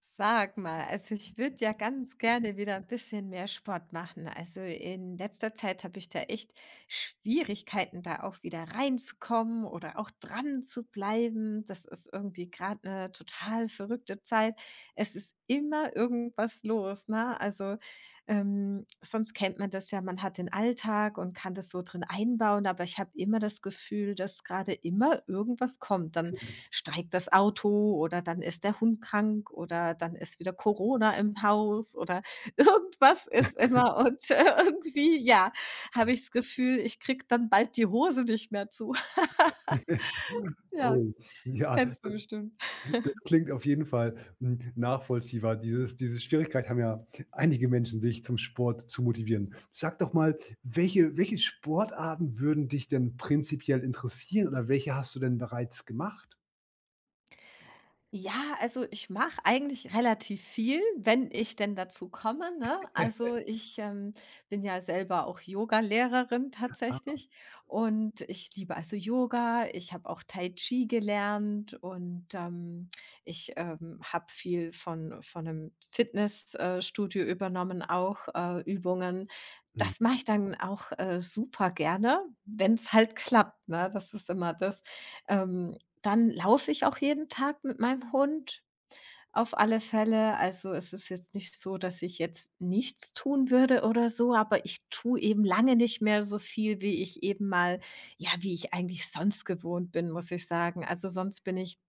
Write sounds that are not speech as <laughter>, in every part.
Sag mal, also ich würde ja ganz gerne wieder ein bisschen mehr Sport machen. Also in letzter Zeit habe ich da echt Schwierigkeiten, da auch wieder reinzukommen oder auch dran zu bleiben. Das ist irgendwie gerade eine total verrückte Zeit. Es ist immer irgendwas los, ne? Also sonst kennt man das ja, man hat den Alltag und kann das so drin einbauen, aber ich habe immer das Gefühl, dass gerade immer irgendwas kommt. Dann streikt das Auto oder dann ist der Hund krank oder dann ist wieder Corona im Haus oder <laughs> irgendwas ist immer und, <laughs> irgendwie, ja, habe ich das Gefühl, ich kriege dann bald die Hose nicht mehr zu. <laughs> <laughs> Ja, Oh, ja, kennst du bestimmt. das klingt auf jeden Fall, hm, nachvollziehbar. Diese Schwierigkeit haben ja einige Menschen, sich zum Sport zu motivieren. Sag doch mal, welche Sportarten würden dich denn prinzipiell interessieren oder welche hast du denn bereits gemacht? Ja, also ich mache eigentlich relativ viel, wenn ich denn dazu komme, ne? Also <laughs> ich bin ja selber auch Yogalehrerin Ah, tatsächlich und ich liebe also Yoga. Ich habe auch Tai Chi gelernt und ich habe viel von einem Fitnessstudio Studio übernommen, auch Übungen. Das mhm, mache ich dann auch, super gerne, wenn es halt klappt, ne? Das ist immer das, ähm Dann laufe ich auch jeden Tag mit meinem Hund auf alle Fälle. Also, es ist jetzt nicht so, dass ich jetzt nichts tun würde oder so, aber ich tue eben lange nicht mehr so viel, wie ich eben mal ja, wie ich eigentlich sonst gewohnt bin, muss ich sagen. Also, sonst bin ich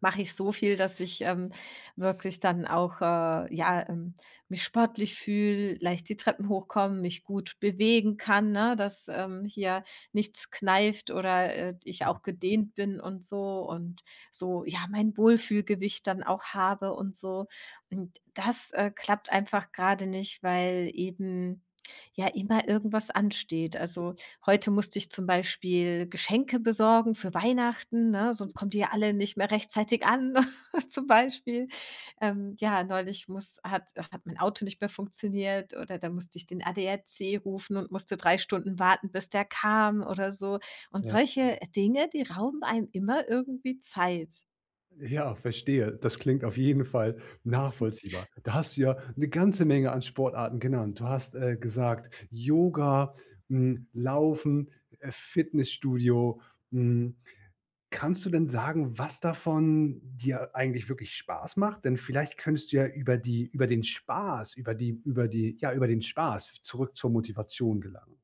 mache ich so viel, dass ich wirklich dann auch mich sportlich fühle, leicht die Treppen hochkomme, mich gut bewegen kann, ne, dass hier nichts kneift oder ich auch gedehnt bin und so, ja, mein Wohlfühlgewicht dann auch habe und so. Und das klappt einfach gerade nicht, weil eben, ja, immer irgendwas ansteht. Also, heute musste ich zum Beispiel Geschenke besorgen für Weihnachten, ne, sonst kommen die ja alle nicht mehr rechtzeitig an, <laughs> zum Beispiel. Ja, neulich muss hat hat mein Auto nicht mehr funktioniert oder da musste ich den ADAC rufen und musste 3 Stunden warten, bis der kam oder so. Und ja. solche Dinge, die rauben einem immer irgendwie Zeit. Ja, verstehe. Das klingt auf jeden Fall nachvollziehbar. Da hast du ja eine ganze Menge an Sportarten genannt. Du hast, gesagt, Yoga, hm, Laufen, Fitnessstudio, hm. Kannst du denn sagen, was davon dir eigentlich wirklich Spaß macht? Denn vielleicht könntest du ja über die über den Spaß, über den Spaß zurück zur Motivation gelangen.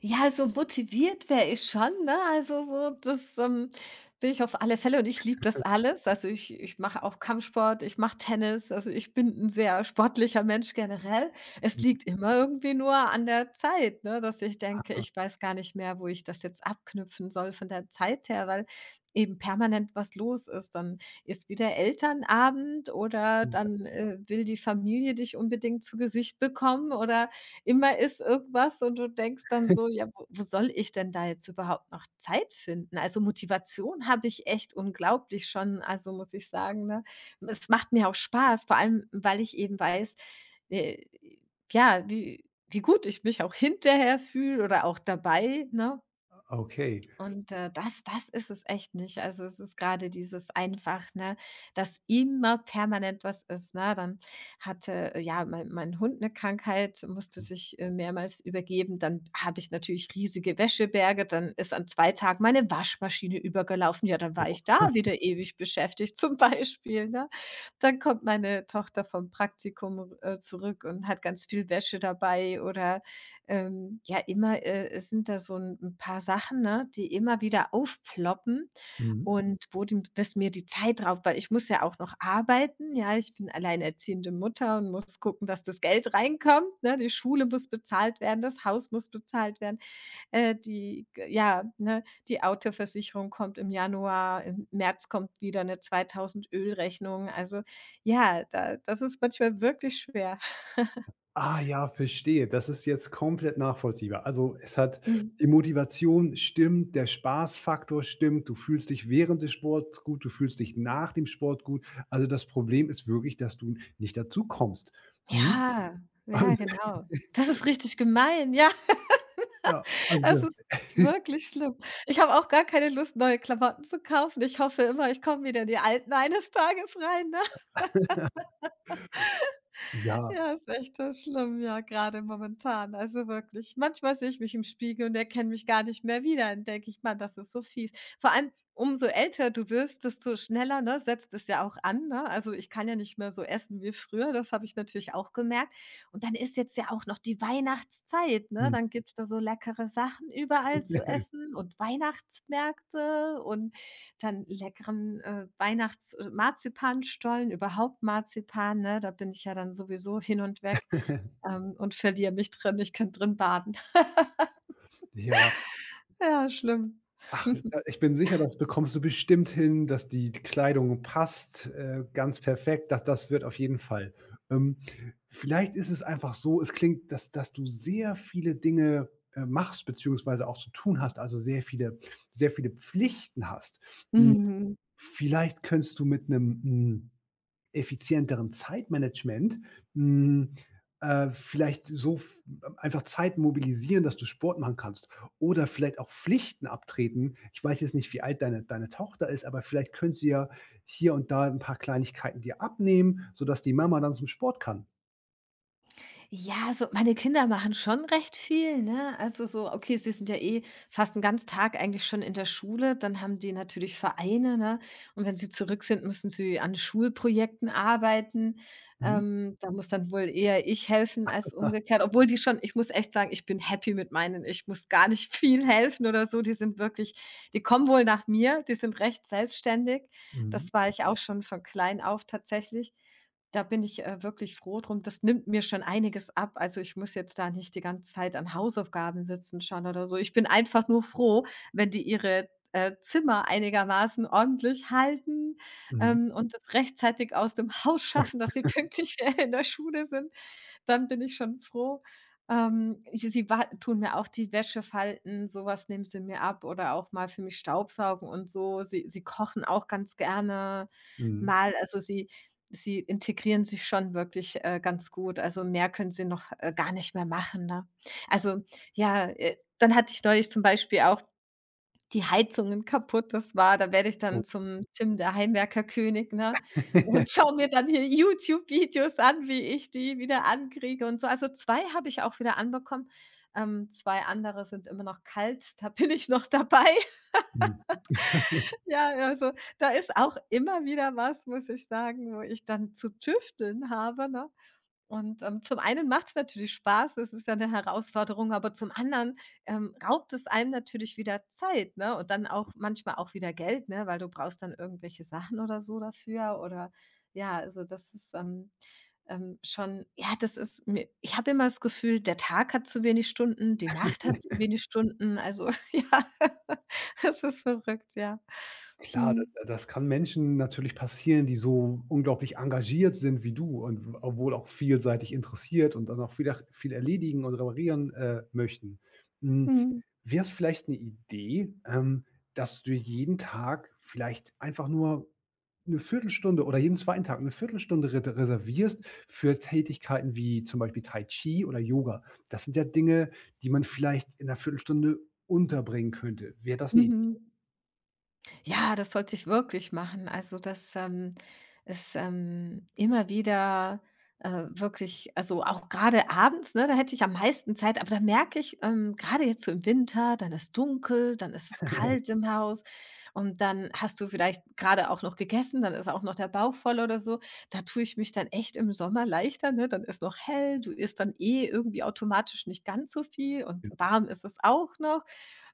Ja, so motiviert wäre ich schon, ne? Also so, das bin ich auf alle Fälle und ich liebe das alles. Also ich mache auch Kampfsport, ich mache Tennis, also ich bin ein sehr sportlicher Mensch generell. Es liegt <laughs> immer irgendwie nur an der Zeit, ne, dass ich denke, ich weiß gar nicht mehr, wo ich das jetzt abknüpfen soll von der Zeit her, weil eben permanent was los ist. Dann ist wieder Elternabend oder Mhm, dann will die Familie dich unbedingt zu Gesicht bekommen oder immer ist irgendwas und du denkst dann so: „Ja, wo soll ich denn da jetzt überhaupt noch Zeit finden?" Also, Motivation habe ich echt unglaublich schon, also, muss ich sagen, ne? Es macht mir auch Spaß, vor allem, weil ich eben weiß, äh, ja, wie gut ich mich auch hinterher fühle oder auch dabei, ne? okay. Und das ist es echt nicht. Also, es ist gerade dieses einfach, ne, dass immer permanent was ist, ne? Dann hatte mein Hund eine Krankheit, musste sich mehrmals übergeben. Dann habe ich natürlich riesige Wäscheberge. Dann ist an 2 Tagen meine Waschmaschine übergelaufen. Ja, dann war Oh, ich da wieder ewig beschäftigt <laughs> zum Beispiel, ne? Dann kommt meine Tochter vom Praktikum zurück und hat ganz viel Wäsche dabei oder ja, immer, es sind da so ein 'n paar Sachen, ne, die immer wieder aufploppen mhm. und wo dem das mir die Zeit raubt, weil ich muss ja auch noch arbeiten, ja. Ich bin alleinerziehende Mutter und muss gucken, dass das Geld reinkommt, ne? Die Schule muss bezahlt werden, das Haus muss bezahlt werden, die ja, ne, die Autoversicherung kommt im Januar, im März kommt wieder eine 2.000 Ölrechnung. Also, ja, da das ist manchmal wirklich schwer. Ah ja, verstehe. Das ist jetzt komplett nachvollziehbar. Also, es hat Mhm. die Motivation stimmt, der Spaßfaktor stimmt, du fühlst dich während des Sports gut, du fühlst dich nach dem Sport gut. Also, das Problem ist wirklich, dass du nicht dazu kommst. Mhm. Ja, <laughs> ja, Und genau. Das ist richtig gemein. Ja, ja, <laughs> also das ist wirklich schlimm. Ich habe auch gar keine Lust, neue Klamotten zu kaufen. Ich hoffe immer, ich komme wieder in die alten eines Tages rein, ne? ja, Ja, ist echt, so schlimm, ja, gerade momentan. Also, wirklich. Manchmal sehe ich mich im Spiegel und erkenne mich gar nicht mehr wieder. Dann denke ich: „Mann, das ist so fies." Vor allem, umso älter du wirst, desto schneller, ne, setzt es ja auch an, ne? Also, ich kann ja nicht mehr so essen wie früher, das habe ich natürlich auch gemerkt. Und dann ist jetzt ja auch noch die Weihnachtszeit, ne? hm. Dann gibt's da so leckere Sachen überall zu <laughs> essen und Weihnachtsmärkte und dann leckeren, Weihnachts Marzipanstollen, überhaupt Marzipan, ne? Da bin ich ja dann sowieso hin und weg und verliere mich drin. Ich könnte drin baden. <laughs> Ja. Ja, schlimm. Ach, da <laughs> ich bin sicher, das bekommst du bestimmt hin, dass die Kleidung passt, ganz perfekt. Das wird auf jeden Fall. Ähm, Vielleicht ist es einfach so, es klingt, dass du sehr viele Dinge, machst beziehungsweise auch zu tun hast, also sehr viele Pflichten hast. Hm, Mhm. vielleicht könntest du mit einem hm, effizienteren Zeitmanagement hm, vielleicht so f einfach Zeit mobilisieren, dass du Sport machen kannst oder vielleicht auch Pflichten abtreten. Ich weiß jetzt nicht, wie alt deine Tochter ist, aber vielleicht könnt sie ja hier und da ein paar Kleinigkeiten dir abnehmen, sodass die Mama dann zum Sport kann. Ja, so meine Kinder machen schon recht viel, ne? Also so, okay, sie sind ja eh fast einen ganzen Tag eigentlich schon in der Schule, dann haben die natürlich Vereine, ne? Und wenn sie zurück sind, müssen sie an Schulprojekten arbeiten. Mhm, Da muss dann wohl eher ich helfen als umgekehrt, obwohl die schon ich muss echt sagen, ich bin happy mit meinen. Ich muss gar nicht <laughs> viel helfen oder so. Die sind wirklich die kommen wohl nach mir, die sind recht selbstständig. mhm, Das war ich auch schon von klein auf tatsächlich. Da bin ich wirklich froh drum. Das nimmt mir schon einiges ab. Also, ich muss jetzt da nicht die ganze Zeit an Hausaufgaben sitzen schon oder so. Ich bin einfach nur froh, wenn die ihre Zimmer einigermaßen ordentlich halten, mhm, ähm, und das rechtzeitig aus dem Haus schaffen, dass sie pünktlich <laughs> in der Schule sind dann bin ich schon froh. Ich sie wa tun mir auch die Wäsche falten, sowas nehmen sie mir ab oder auch mal für mich staubsaugen und so. Sie kochen auch ganz gerne mhm. mal. Also, sie integrieren sich schon wirklich, ganz gut. Also, mehr können sie noch gar nicht mehr machen, ne? Also, ja, dann hatte ich neulich zum Beispiel auch die Heizungen kaputt. Das war da werde ich Oh. dann zum Tim der Heimwerkerkönig, ne, und <laughs> schaue <laughs> mir dann hier YouTube-Videos an, wie ich die wieder ankriege und so. Also 2 habe ich auch wieder anbekommen. Zwei andere sind immer noch kalt, <laughs> da bin ich noch dabei. <laughs> Ja, also da ist auch immer wieder was, muss ich sagen, wo ich dann zu tüfteln habe, ne? Und zum einen macht es natürlich Spaß, es ist ja eine Herausforderung, aber zum anderen, raubt es einem natürlich wieder Zeit, ne, und dann auch manchmal auch wieder Geld, ne, weil du brauchst dann irgendwelche Sachen oder so dafür oder ja, also das ist schon ja, das ist mir ich habe immer das Gefühl, der Tag hat zu wenig Stunden, die Nacht hat zu wenig Stunden, also <laughs> ja, <laughs> das ist verrückt, ja. Klar, da Mhm. da das kann Menschen natürlich passieren, die so unglaublich engagiert sind wie du und w obwohl auch vielseitig interessiert und dann auch viel erledigen und reparieren, möchten. Hm, Mhm. es vielleicht eine Idee, dass du jeden Tag vielleicht einfach nur eine Viertelstunde oder jeden zweiten Tag eine Viertelstunde re reservierst für Tätigkeiten wie zum Beispiel Tai Chi oder Yoga. Das sind ja Dinge, die man vielleicht in 'ner Viertelstunde unterbringen könnte. Wäre das eine Idee? Mhm. Ja, das sollte ich wirklich machen. Also, das ist immer wieder, wirklich also, auch gerade abends, ne, da hätte ich am meisten Zeit, aber da merke ich, grade jetzt so im Winter, dann ist dunkel, dann ist es kalt im Haus und dann hast du vielleicht gerade auch noch gegessen, dann ist auch noch der Bauch voll oder so. Da tue ich mich dann echt im Sommer leichter, ne? Dann ist noch hell, du isst dann eh irgendwie automatisch nicht ganz so viel und warm ist es auch noch.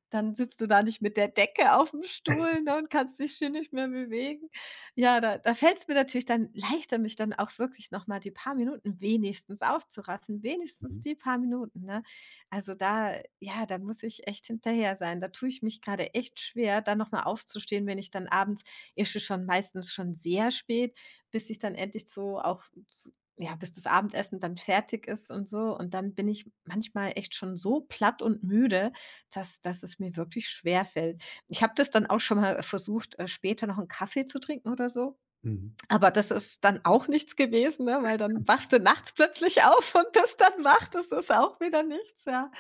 Dann sitzt du da nicht mit der Decke auf dem Stuhl, ne, und kannst dich schön nicht mehr bewegen. Ja, da fällt es mir natürlich dann leichter, mich dann auch wirklich noch mal die paar Minuten wenigstens aufzuraffen, wenigstens die <laughs> paar Minuten, ne? Also, da ja, da muss ich echt hinterher sein. Da tue ich mich gerade echt schwer, da noch mal aufzustehen, wenn ich dann abends ist es schon meistens schon sehr spät, bis ich dann endlich so auch z ja, bis das Abendessen dann fertig ist und so. Und dann bin ich manchmal echt schon so platt und müde, dass es mir wirklich schwerfällt. Ich habe das dann auch schon mal versucht, später noch einen Kaffee zu trinken oder so, Mhm. aber das ist dann auch nichts gewesen, ne, weil dann wachst du nachts plötzlich auf und bist dann wach. Das ist auch wieder nichts, ja.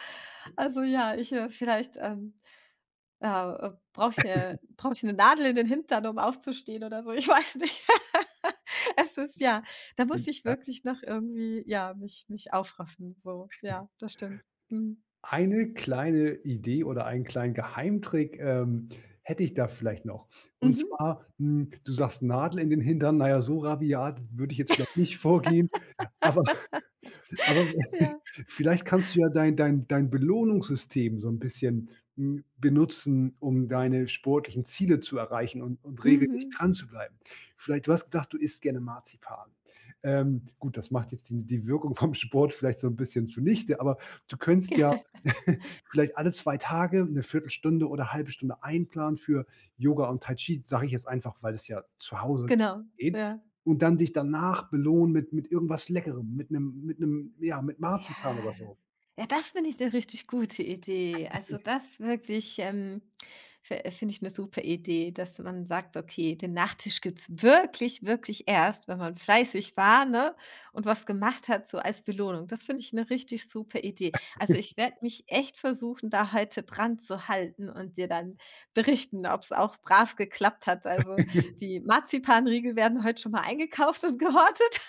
Also, ja, ich brauche ich brauche ich eine Nadel in den Hintern, um aufzustehen oder so, ich weiß nicht. <laughs> Es ist ja da muss ich Ja, wirklich noch irgendwie, ja, mich aufraffen, so. Ja, das stimmt. Mhm. eine kleine Idee oder einen kleinen Geheimtrick, hätte ich da vielleicht noch. Und Mhm. zwar, hm, du sagst Nadel in den Hintern. Naja, so rabiat würde ich jetzt vielleicht nicht vorgehen, aber <laughs> Aber <laughs> Ja. vielleicht kannst du ja dein Belohnungssystem so ein bisschen, hm, benutzen, um deine sportlichen Ziele zu erreichen und regelmäßig Mhm. dran zu bleiben. Vielleicht du hast gesagt, du isst gerne Marzipan. Gut, das macht jetzt die Wirkung vom Sport vielleicht so ein bisschen zunichte, aber du könntest <laughs> ja <laughs> vielleicht alle 2 Tage eine Viertelstunde oder halbe Stunde einplanen für Yoga und Tai Chi, sage ich jetzt einfach, weil es ja zu Hause Genau, geht. ja. Und dann dich danach belohnen mit irgendwas Leckerem, mit einem ja, mit Marzipan oder Ja. so. Ja, das finde ich eine richtig gute Idee. Also, das wirklich, fi finde ich eine super Idee, dass man sagt: „Okay, den Nachtisch gibt's wirklich, wirklich erst, wenn man fleißig war, ne, und was gemacht hat, so als Belohnung." Das finde ich eine richtig super Idee. Also, ich werde mich echt versuchen, da heute dran zu halten und dir dann berichten, ob's auch brav geklappt hat. Also, die Marzipanriegel werden heute schon mal eingekauft und <laughs> gehortet.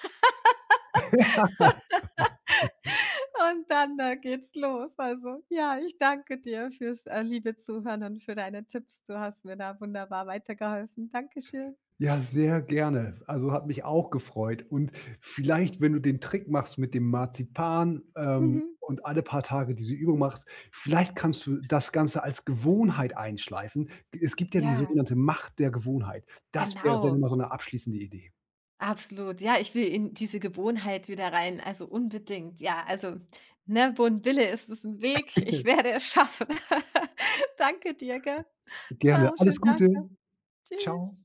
Und dann, geht's los. Also, ja, ich danke dir fürs, liebe Zuhören und für deine Tipps. Du hast mir da wunderbar weitergeholfen. Dankeschön. Ja, sehr gerne. Also, hat mich auch gefreut. Und vielleicht, wenn du den Trick machst mit dem Marzipan, Mhm. und alle paar Tage diese Übung machst, vielleicht kannst du das Ganze als Gewohnheit einschleifen. Es gibt ja die Ja, sogenannte Macht der Gewohnheit. Das wäre vielleicht genau. immer so eine abschließende Idee. Absolut. Ja, ich will in diese Gewohnheit wieder rein. Also, unbedingt. Ja, also, ne, Bunt Wille ist es ein Weg. Ich <laughs> werde es schaffen. <laughs> Danke dir, gell? Gerne. Tschau, Alles schönen Tag Gute. noch. Ciao. Tschüss.